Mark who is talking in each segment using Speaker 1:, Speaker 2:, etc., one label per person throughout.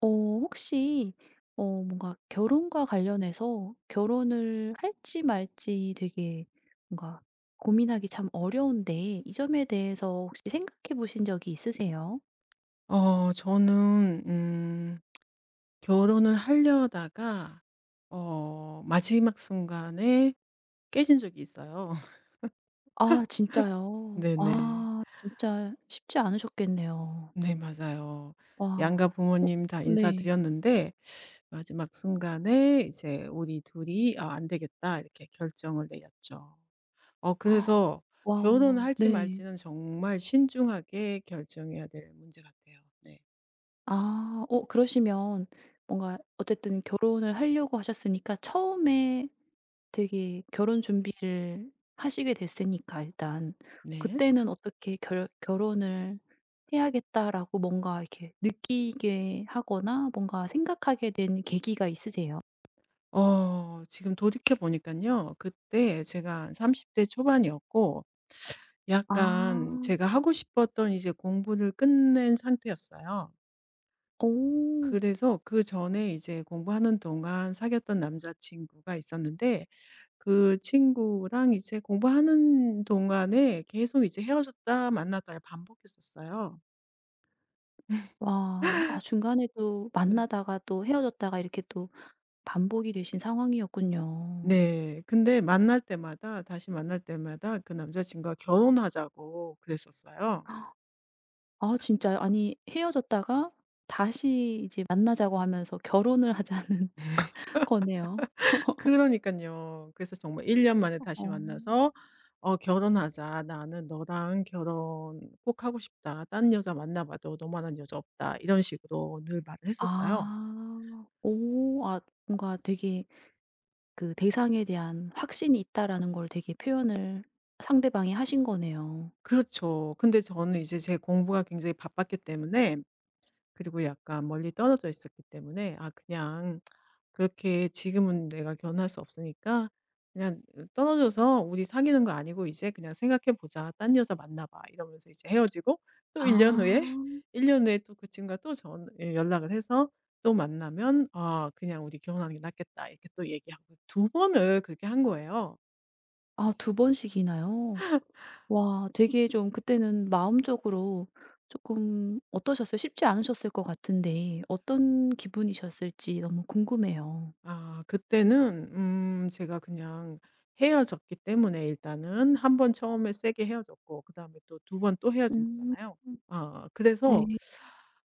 Speaker 1: 어 혹시 어 뭔가 결혼과 관련해서 결혼을 할지 말지 되게 뭔가 고민하기 참 어려운데 이 점에 대해서 혹시 생각해 보신 적이 있으세요?
Speaker 2: 저는 결혼을 하려다가 마지막 순간에 깨진 적이 있어요.
Speaker 1: 아 진짜요?
Speaker 2: 네네.
Speaker 1: 아 진짜 쉽지 않으셨겠네요.
Speaker 2: 네 맞아요. 양가
Speaker 1: 와. 어
Speaker 2: 부모님 다
Speaker 1: 네.
Speaker 2: 인사드렸는데 마지막 순간에 이제 우리 둘이 '아 안 되겠다.' 이렇게 결정을 내렸죠.
Speaker 1: 헉,
Speaker 2: 그래서 결혼을
Speaker 1: 와
Speaker 2: 할지
Speaker 1: 네.
Speaker 2: 말지는 정말 신중하게 결정해야 될 문제 같아요. 네.
Speaker 1: 아 어 그러시면 뭔가 어쨌든 결혼을 하려고 하셨으니까 처음에 되게 결혼 준비를 하시게 됐으니까 일단
Speaker 2: 네.
Speaker 1: 그때는 어떻게 결 '결혼을 해야겠다.'라고 뭔가 이렇게 느끼게 하거나 뭔가 생각하게 된 계기가 있으세요?
Speaker 2: 지금 돌이켜 보니깐요. 그때 제가 한 30대 초반이었고 약간
Speaker 1: 아.
Speaker 2: 제가 하고 싶었던 이제 공부를 끝낸 상태였어요.
Speaker 1: 오.
Speaker 2: 그래서 그전에 이제 공부하는 동안 사귀었던 남자친구가 있었는데 그 친구랑 이제 공부하는 동안에 계속 이제 헤어졌다 만났다 반복했었어요.
Speaker 1: 와. 아 중간에 또
Speaker 2: 네.
Speaker 1: 만나다가 또 헤어졌다가 이렇게 또 반복이 되신 상황이었군요.
Speaker 2: 네. 근데 만날 때마다 다시 만날 때마다 그 남자친구가 결혼하자고 그랬었어요.
Speaker 1: 아 진짜 아니 헤어졌다가 다시 이제 만나자고 하면서 결혼을 하자는 거네요.
Speaker 2: 그러니깐요. 그래서 정말 1년 만에 다시
Speaker 1: 어.
Speaker 2: 만나서 "어 결혼하자. 나는 너랑 결혼 꼭 하고 싶다. 딴 여자 만나 봐도 너만한 여자 없다." 이런 식으로 늘 말을 했었어요.
Speaker 1: 아. 오. 아 뭔가 되게 그 '대상에 대한 확신이 있다.'라는 걸 되게 표현을 상대방이 하신 거네요.
Speaker 2: 그렇죠. 근데 저는 이제 제 공부가 굉장히 바빴기 때문에 그리고 약간 멀리 떨어져 있었기 때문에 '아 그냥 그렇게 지금은 내가 견할 수 없으니까 그냥 떨어져서 "우리 사귀는 거 아니고 이제 그냥 생각해 보자. 딴 여자 만나 봐." 이러면서 이제 헤어지고 또
Speaker 1: 아.
Speaker 2: 1년 후에 1년 후에 또 그 친구가 또 전 예 연락을 해서 또 만나면 "아 그냥 우리 결혼하는 게 낫겠다." 이렇게 또 얘기하고 두 번을 그렇게 한 거예요.
Speaker 1: 아 두 번씩이나요? 와 되게 좀 그때는 마음적으로 조금 어떠셨어요? 쉽지 않으셨을 것 같은데 어떤 기분이셨을지 너무 궁금해요.
Speaker 2: 아 그때는 제가 그냥 헤어졌기 때문에 일단은 한 번 처음에 세게 헤어졌고 그다음에 또 두 번 또 헤어진
Speaker 1: 음.
Speaker 2: 거잖아요. 아 그래서
Speaker 1: 네.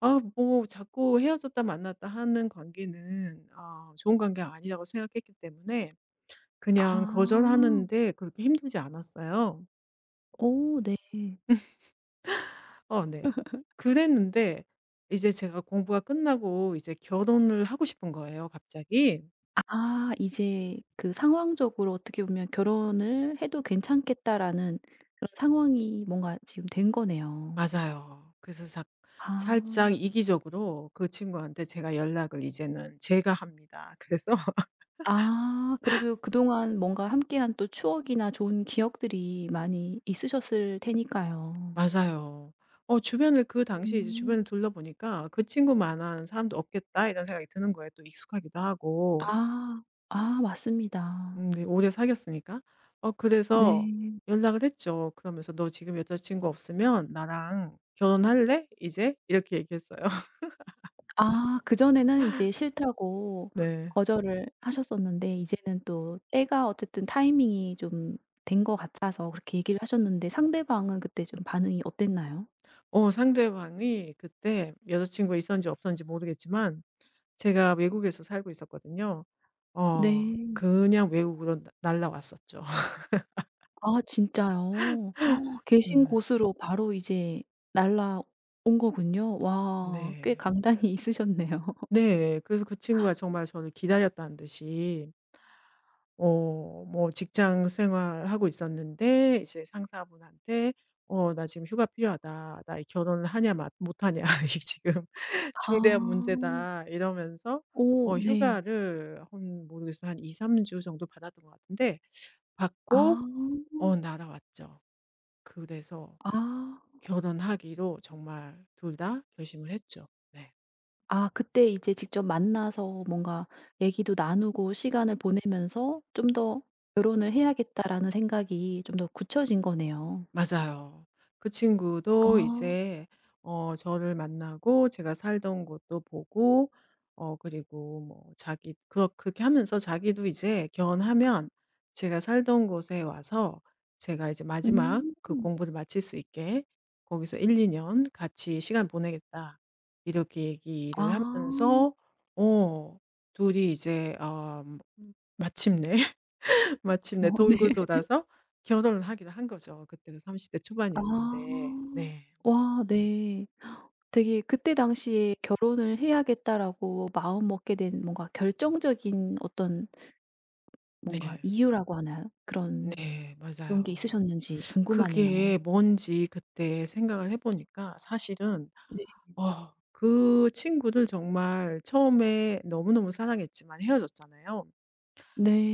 Speaker 2: 아 뭐 자꾸 헤어졌다 만났다 하는 관계는 아 좋은 관계가 아니라고 생각했기 때문에 그냥
Speaker 1: 아.
Speaker 2: 거절하는데 그렇게 힘들지 않았어요.
Speaker 1: 오 네.
Speaker 2: 어 네. 그랬는데 이제 제가 공부가 끝나고 이제 결혼을 하고 싶은 거예요 갑자기.
Speaker 1: 아 이제 그 상황적으로 어떻게 보면 '결혼을 해도 괜찮겠다.'라는 그런 상황이 뭔가 지금 된 거네요.
Speaker 2: 맞아요. 그래서
Speaker 1: 아.
Speaker 2: 살짝 이기적으로 그 친구한테 제가 연락을 이제는 제가 합니다. 그래서
Speaker 1: 아 그래도 그동안 뭔가 함께한 또 추억이나 좋은 기억들이 많이 있으셨을 테니까요.
Speaker 2: 맞아요. 주변을 그 당시에 이제
Speaker 1: 음.
Speaker 2: 주변을 둘러보니까 '그 친구만한 사람도 없겠다.' 이런 생각이 드는 거예요. 또 익숙하기도 하고.
Speaker 1: 아. 아 맞습니다.
Speaker 2: 네 오래 사귀었으니까. 그래서
Speaker 1: 네.
Speaker 2: 연락을 했죠. 그러면서 "너 지금 여자친구 없으면 나랑 결혼할래? 이제?" 이렇게 얘기했어요.
Speaker 1: 아 그전에는 인제 싫다고
Speaker 2: 네.
Speaker 1: 거절을 하셨었는데 이제는 또 때가 어쨌든 타이밍이 좀 된 것 같아서 그렇게 얘기를 하셨는데 상대방은 그때 좀 반응이 어땠나요?
Speaker 2: 상대방이 그때 여자친구가 있었는지 없었는지 모르겠지만 제가 외국에서 살고 있었거든요.
Speaker 1: 네.
Speaker 2: 그냥 외국으로 나 날라왔었죠.
Speaker 1: 아 진짜요? 계신
Speaker 2: 네.
Speaker 1: 곳으로 바로 이제 날아온 거군요. 와 꽤
Speaker 2: 네.
Speaker 1: 강단이 있으셨네요.
Speaker 2: 네. 그래서 그 친구가 정말 저를 기다렸다는 듯이 어 뭐 직장 생활하고 있었는데 이제 상사분한테 "어 나 지금 휴가 필요하다. 나 결혼을 하냐 마 못하냐 이게 지금 중대한
Speaker 1: 아.
Speaker 2: 문제다." 이러면서
Speaker 1: 오 네.
Speaker 2: 휴가를 한 모르겠어요. 한 2-3주 정도 받았던 것 같은데
Speaker 1: 아.
Speaker 2: 받고 날아왔죠. 그래서
Speaker 1: 아.
Speaker 2: 결혼하기로 정말 둘 다 결심을 했죠. 네.
Speaker 1: 아 그때 이제 직접 만나서 뭔가 얘기도 나누고 시간을 보내면서 '좀 더 결혼을 해야겠다.'라는 생각이 좀 더 굳혀진 거네요.
Speaker 2: 맞아요. 그 친구도
Speaker 1: 아.
Speaker 2: 이제 저를 만나고 제가 살던 곳도 보고 그리고 뭐 자기 그렇게 하면서 자기도 이제 결혼하면 제가 살던 곳에 와서 제가 이제 마지막
Speaker 1: 음.
Speaker 2: 그 공부를 마칠 수 있게 거기서 1-2년 같이 시간 보내겠다. 이렇게 얘기를
Speaker 1: 아.
Speaker 2: 하면서 어 둘이 이제. 마침내 마침내
Speaker 1: 어 네.
Speaker 2: 돌고 돌아서 결혼을 하기로 한 거죠. 그때가 30대
Speaker 1: 아.
Speaker 2: 초반이었는데. 네.
Speaker 1: 와 네. 되게 그때 당시에 '결혼을 해야겠다.'라고 마음먹게 된 뭔가 결정적인 어떤 뭔가
Speaker 2: 네.
Speaker 1: 이유라고 하나요? 그런
Speaker 2: 네.
Speaker 1: 그런 게
Speaker 2: 맞아요.
Speaker 1: 있으셨는지 궁금하네요.
Speaker 2: 그게 뭔지 그때 생각을 해 보니까 사실은
Speaker 1: 네.
Speaker 2: 그 친구를 정말 처음에 너무너무 사랑했지만 헤어졌잖아요.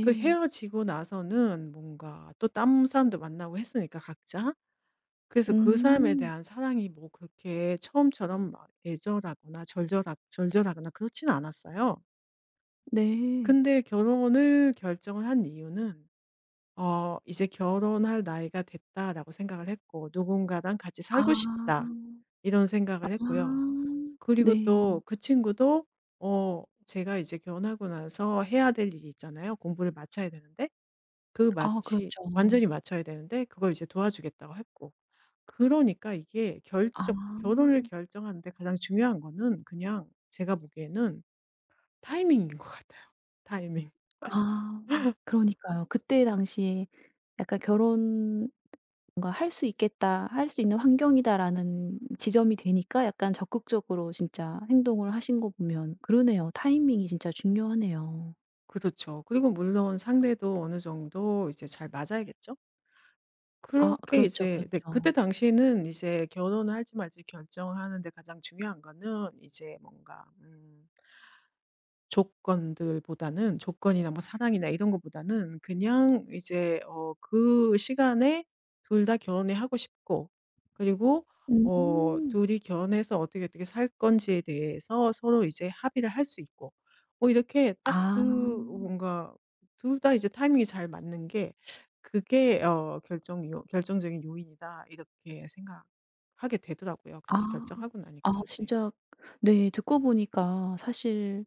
Speaker 2: 그 헤어지고 나서는 뭔가 또 다른 사람도 만나고 했으니까 각자. 그래서 그 사람에
Speaker 1: 음.
Speaker 2: 대한 사랑이 뭐 그렇게 처음처럼 막 애절하거나 절절하거나 그렇지는 않았어요.
Speaker 1: 네.
Speaker 2: 근데 결혼을 결정을 한 이유는 '이제 결혼할 나이가 됐다.'라고 생각을 했고 '누군가랑 같이
Speaker 1: 아.
Speaker 2: 살고 싶다.' 이런 생각을 했고요.
Speaker 1: 아.
Speaker 2: 그리고
Speaker 1: 네.
Speaker 2: 또 그 친구도 제가 이제 결혼하고 나서 해야 될 일이 있잖아요. 공부를 마쳐야 되는데 그
Speaker 1: 아
Speaker 2: 마치
Speaker 1: 그렇죠.
Speaker 2: 완전히 마쳐야 되는데 그걸 이제 도와주겠다고 했고. 그러니까 이게
Speaker 1: 아.
Speaker 2: 결정 결혼을 결정하는데 가장 중요한 거는 그냥 제가 보기에는 타이밍인 것 같아요. 타이밍.
Speaker 1: 아. 그러니까요. 그때 당시에 약간 결혼 뭔가 '할 수 있겠다. 할 수 있는 환경이다.'라는 지점이 되니까 약간 적극적으로 진짜 행동을 하신 거 보면 그러네요. 타이밍이 진짜 중요하네요.
Speaker 2: 그렇죠. 그리고 물론 상대도 어느 정도 이제 잘 맞아야겠죠?
Speaker 1: 아
Speaker 2: 그렇게
Speaker 1: 그렇죠,
Speaker 2: 이제 네 그때
Speaker 1: 그렇죠.
Speaker 2: 당시에는 이제 결혼을 할지 말지 결정하는데 가장 중요한 거는 이제 뭔가 조건들보다는 조건이나 뭐 사랑이나 이런 것보다는 그냥 이제 그 시간에 둘 다 결혼을 하고 싶고 그리고
Speaker 1: 음.
Speaker 2: 둘이 결혼해서 어떻게 어떻게 살 건지에 대해서 서로 이제 합의를 할 수 있고 뭐 이렇게 딱 그
Speaker 1: 아.
Speaker 2: 뭔가 둘 다 이제 타이밍이 잘 맞는 게 그게 결정적인 요인이다 이렇게 생각하게 되더라고요, 그렇게
Speaker 1: 아.
Speaker 2: 결정하고
Speaker 1: 아
Speaker 2: 나니까. 네.
Speaker 1: 진짜 네 듣고 보니까 사실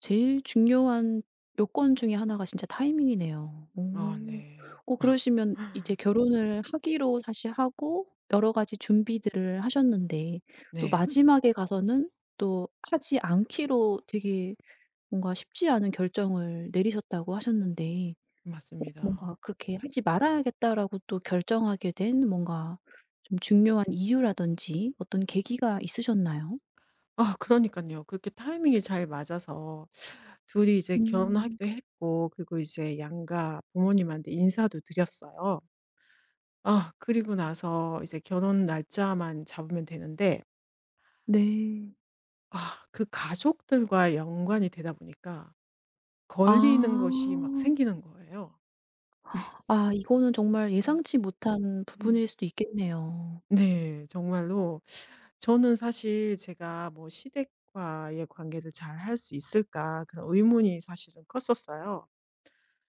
Speaker 1: 제일 중요한 요건 중에 하나가 진짜 타이밍이네요.
Speaker 2: 아
Speaker 1: 오.
Speaker 2: 네.
Speaker 1: 어 그러시면 이제 결혼을 하기로 다시 하고 여러 가지 준비들을 하셨는데 또
Speaker 2: 네.
Speaker 1: 마지막에 가서는 또 하지 않기로 되게 뭔가 쉽지 않은 결정을 내리셨다고 하셨는데 어
Speaker 2: 맞습니다.
Speaker 1: 뭔가 그렇게 '하지 말아야겠다.'라고 또 결정하게 된 뭔가 좀 중요한 이유라든지 어떤 계기가 있으셨나요?
Speaker 2: 아 그러니까요 그렇게 타이밍이 잘 맞아서 둘이 이제
Speaker 1: 음.
Speaker 2: 결혼하기도 했고 그리고 이제 양가 부모님한테 인사도 드렸어요. 아 그리고 나서 이제 결혼 날짜만 잡으면 되는데
Speaker 1: 네.
Speaker 2: 아 그 가족들과 연관이 되다 보니까
Speaker 1: 아.
Speaker 2: 걸리는 것이 막 생기는 거예요.
Speaker 1: 아 이거는 정말
Speaker 2: 음.
Speaker 1: 예상치 못한
Speaker 2: 음.
Speaker 1: 부분일 수도 있겠네요.
Speaker 2: 네. 정말로 저는 사실 제가 뭐 '시댁과의 관계를 잘 할 수 있을까?' 그런 의문이 사실은 컸었어요.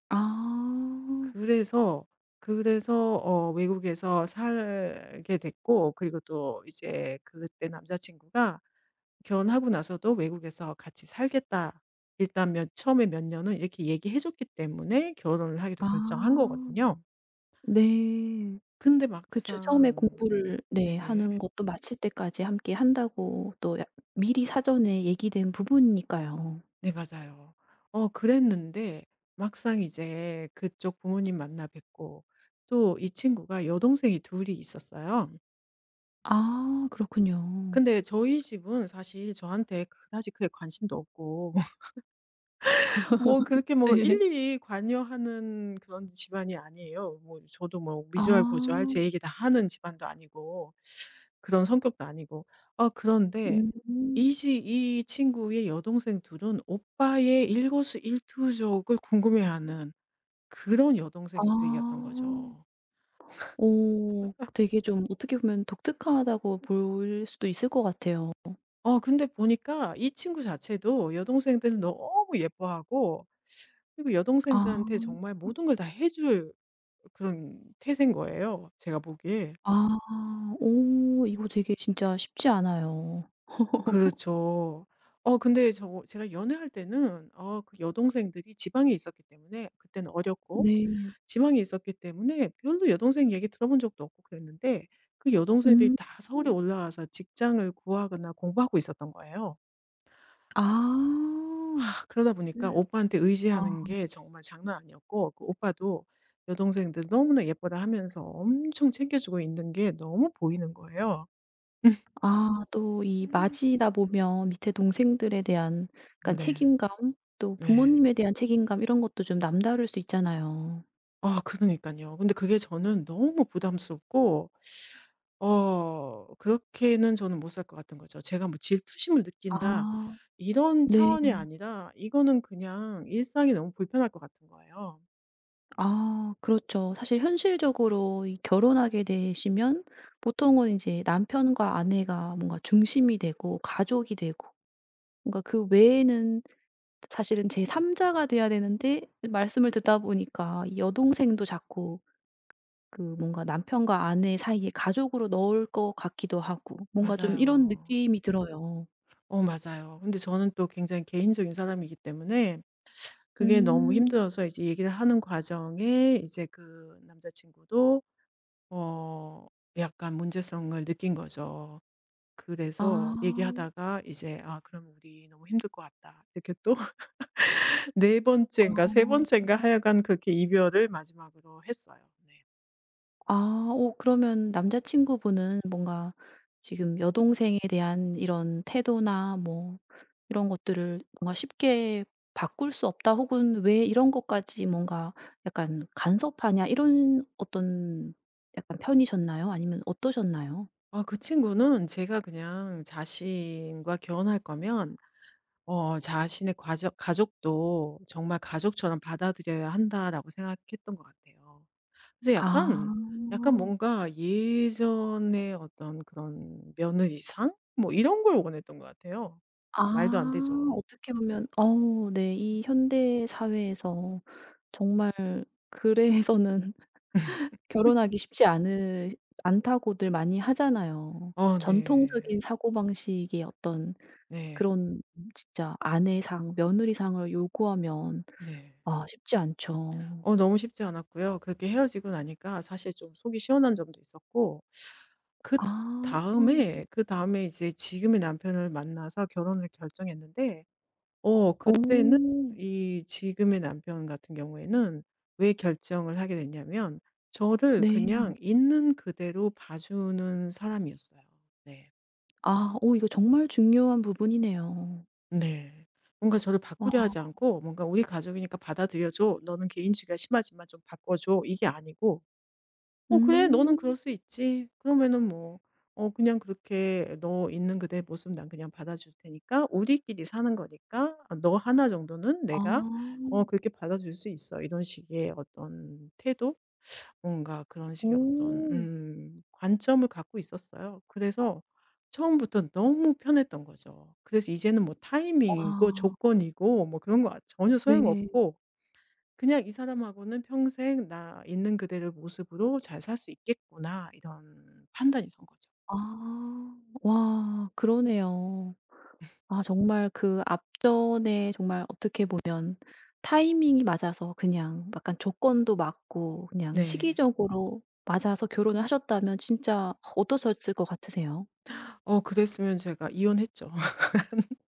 Speaker 1: 아.
Speaker 2: 그래서 외국에서 살게 됐고 그리고 또 이제 그때 남자 친구가 결혼하고 나서도 "외국에서 같이 살겠다." 일단 몇 처음에 몇 년은 이렇게 얘기해 줬기 때문에 결혼을 하기로 결정한
Speaker 1: 아.
Speaker 2: 거거든요.
Speaker 1: 네.
Speaker 2: 근데
Speaker 1: 그쵸. 처음에
Speaker 2: 막상
Speaker 1: 공부를
Speaker 2: 네.
Speaker 1: 네 하는 것도 마칠 때까지 함께 한다고 또 미리 사전에 얘기된 부분이니까요.
Speaker 2: 네 맞아요. 그랬는데 막상 이제 그쪽 부모님 만나 뵙고 또 이 친구가 여동생이 둘이 있었어요.
Speaker 1: 아 그렇군요.
Speaker 2: 근데 저희 집은 사실 저한테 그다지 그게 관심도 없고 뭐 그렇게 뭐
Speaker 1: 네.
Speaker 2: 일일이 관여하는 그런 집안이 아니에요. 뭐 저도 뭐 미주알고주알
Speaker 1: 아.
Speaker 2: 제 얘기 다 하는 집안도 아니고 그런 성격도 아니고. 그런데
Speaker 1: 음.
Speaker 2: 이지 이 친구의 여동생 둘은 오빠의 일거수일투족을 궁금해하는 그런
Speaker 1: 아.
Speaker 2: 여동생들이었던 거죠.
Speaker 1: 오, 되게 좀 어떻게 보면 독특하다고 볼 수도 있을 것 같아요.
Speaker 2: 근데 보니까 이 친구 자체도 여동생들을 너무 예뻐하고 그리고
Speaker 1: 아.
Speaker 2: 여동생들한테 정말 모든 걸 다 해줄 그런 태세인 거예요, 제가 보기에.
Speaker 1: 아. 오 이거 되게 진짜 쉽지 않아요.
Speaker 2: 그렇죠. 근데 제가 연애할 때는 그 여동생들이 지방에 있었기 때문에 그때는 어렸고
Speaker 1: 네.
Speaker 2: 지방에 있었기 때문에 별로 여동생 얘기 들어본 적도 없고 그랬는데 그 여동생들이
Speaker 1: 음.
Speaker 2: 다 서울에 올라와서 직장을 구하거나 공부하고 있었던 거예요.
Speaker 1: 아.
Speaker 2: 하, 그러다 보니까
Speaker 1: 음.
Speaker 2: 오빠한테
Speaker 1: 와.
Speaker 2: 의지하는 게 정말 장난 아니었고 그 오빠도 여동생들 너무나 예뻐라 하면서 엄청 챙겨주고 있는 게 너무 보이는 거예요.
Speaker 1: 아 또 이 맏이다 보면 밑에 동생들에 대한 약간
Speaker 2: 네.
Speaker 1: 책임감 또
Speaker 2: 네.
Speaker 1: 부모님에 대한 책임감 이런 것도 좀 남다를 수 있잖아요.
Speaker 2: 아 그러니깐요. 근데 그게 저는 너무 부담스럽고 그렇게는 저는 못 살 것 같은 거죠. 제가 뭐 '질투심을 느낀다.'
Speaker 1: 아.
Speaker 2: 이런
Speaker 1: 네.
Speaker 2: 차원이 아니라 이거는 그냥 일상이 너무 불편할 것 같은 거예요.
Speaker 1: 아 그렇죠. 사실 현실적으로 이 결혼하게 되시면 보통은 인제 남편과 아내가 뭔가 중심이 되고 가족이 되고 뭔가 그 외에는 사실은 제3 자가 돼야 되는데 말씀을 듣다 보니까 이 여동생도 자꾸 그 뭔가 남편과 아내 사이에 가족으로 넣을 것 같기도 하고 뭔가 좀 이런
Speaker 2: 맞아요.
Speaker 1: 느낌이 들어요.
Speaker 2: 맞아요. 근데 저는 또 굉장히 개인적인 사람이기 때문에 그게 너무
Speaker 1: 음.
Speaker 2: 힘들어서 이제 얘기를 하는 과정에 이제 그 남자친구도 어 약간 문제성을 느낀 거죠. 그래서
Speaker 1: 아.
Speaker 2: 얘기하다가 이제 "아 그럼 우리 너무 힘들 것 같다." 이렇게 또 네 번째인가 세
Speaker 1: 아.
Speaker 2: 번째인가 하여간 그렇게 이별을 마지막으로 했어요. 네.
Speaker 1: 아. 어 그러면 남자친구분은 뭔가 지금 여동생에 대한 이런 태도나 뭐 이런 것들을 뭔가 쉽게 바꿀 수 없다 혹은 '왜 이런 것까지 뭔가 약간 간섭하냐.' 이런 어떤 약간 편이셨나요? 아니면 어떠셨나요?
Speaker 2: 아 그 친구는 제가 그냥 자신과 결혼할 거면 자신의 가족도 정말 가족처럼 받아들여야 한다라고 생각했던 것 같아요. 그래서
Speaker 1: 아.
Speaker 2: 약간 뭔가 예전의 어떤 그런 며느리상 뭐 이런 걸 원했던 것 같아요. 말도 안
Speaker 1: 아.
Speaker 2: 되죠.
Speaker 1: 어떻게 보면 어 네. 이 현대 사회에서 정말 그래서는 결혼하기 쉽지 않으 않다고들 많이 하잖아요.
Speaker 2: 어 네.
Speaker 1: 전통적인 사고방식의 어떤
Speaker 2: 네.
Speaker 1: 그런 진짜 아내상, 며느리상을 요구하면
Speaker 2: 네.
Speaker 1: 아 쉽지 않죠.
Speaker 2: 너무 쉽지 않았고요. 그렇게 헤어지고 나니까 사실 좀 속이 시원한 점도 있었고
Speaker 1: 아.
Speaker 2: 그다음에 이제 지금의 남편을 만나서 결혼을 결정했는데
Speaker 1: 어.
Speaker 2: 그때는 이 지금의 남편 같은 경우에는 왜 결정을 하게 됐냐면 저를
Speaker 1: 네.
Speaker 2: 그냥 있는 그대로 봐주는 사람이었어요. 네.
Speaker 1: 아 어 이거 정말 중요한 부분이네요.
Speaker 2: 네. 뭔가 저를 바꾸려
Speaker 1: 와.
Speaker 2: 하지 않고 뭔가 '우리 가족이니까 받아들여 줘. 너는 개인주의가 심하지만 좀 바꿔 줘.' 이게 아니고 "어 그래. 너는 그럴
Speaker 1: 음.
Speaker 2: 수 있지." 그러면은 뭐 "어 그냥 그렇게 너 있는 그대의 모습 난 그냥 받아줄 테니까 우리끼리 사는 거니까 아너나 정도는 내가
Speaker 1: 아.
Speaker 2: 그렇게 받아줄 수 있어." 이런 식의 어떤 태도? 뭔가 그런 식의 어떤
Speaker 1: 오.
Speaker 2: 관점을 갖고 있었어요. 그래서 처음부터 너무 편했던 거죠. 그래서 이제는 뭐 타이밍이고
Speaker 1: 와.
Speaker 2: 조건이고 뭐 그런 거 아 전혀
Speaker 1: 네.
Speaker 2: 소용없고 그냥 '이 사람하고는 평생 나 있는 그대로 모습으로 잘 살 수 있겠구나.' 이런 판단이 선 거죠.
Speaker 1: 아. 와 그러네요. 아 정말 그 앞전에 정말 어떻게 보면 타이밍이 맞아서 그냥 약간 조건도 맞고 그냥
Speaker 2: 네.
Speaker 1: 시기적으로 맞아서 결혼을 하셨다면 진짜 어떠셨을 것 같으세요?
Speaker 2: 그랬으면 제가 이혼했죠.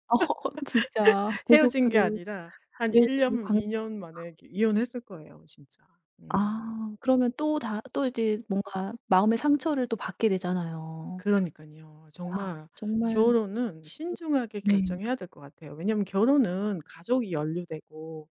Speaker 1: 어 진짜 계속
Speaker 2: 헤어진 게 아니라 한
Speaker 1: 네
Speaker 2: 1년 년,
Speaker 1: 관
Speaker 2: 2년 만에 이렇게 이혼했을 거예요 진짜. 음.
Speaker 1: 아 그러면 또 다 또 이제 뭔가 마음의 상처를 또 받게 되잖아요.
Speaker 2: 그러니까요
Speaker 1: 아
Speaker 2: 정말
Speaker 1: 정말
Speaker 2: 결혼은
Speaker 1: 지금
Speaker 2: 신중하게
Speaker 1: 네.
Speaker 2: 결정해야 될 것 같아요. 왜냐면 하 결혼은 가족이 연루되고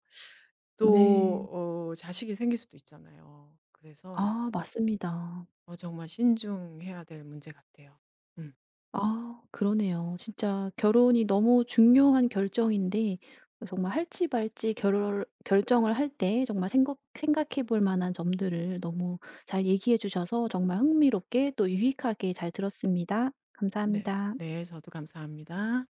Speaker 2: 또
Speaker 1: 네.
Speaker 2: 자식이 생길 수도 있잖아요. 그래서
Speaker 1: 아 맞습니다.
Speaker 2: 정말 신중해야 될 문제 같아요. 음.
Speaker 1: 아 그러네요. 진짜 결혼이 너무 중요한 결정인데 어 정말 할지 말지 결 결정을 할 때 정말 생각해 볼 만한 점들을 너무 잘 얘기해 주셔서 정말 흥미롭게 또 유익하게 잘 들었습니다.
Speaker 2: 네.
Speaker 1: 감사합니다.
Speaker 2: 네. 저도 감사합니다.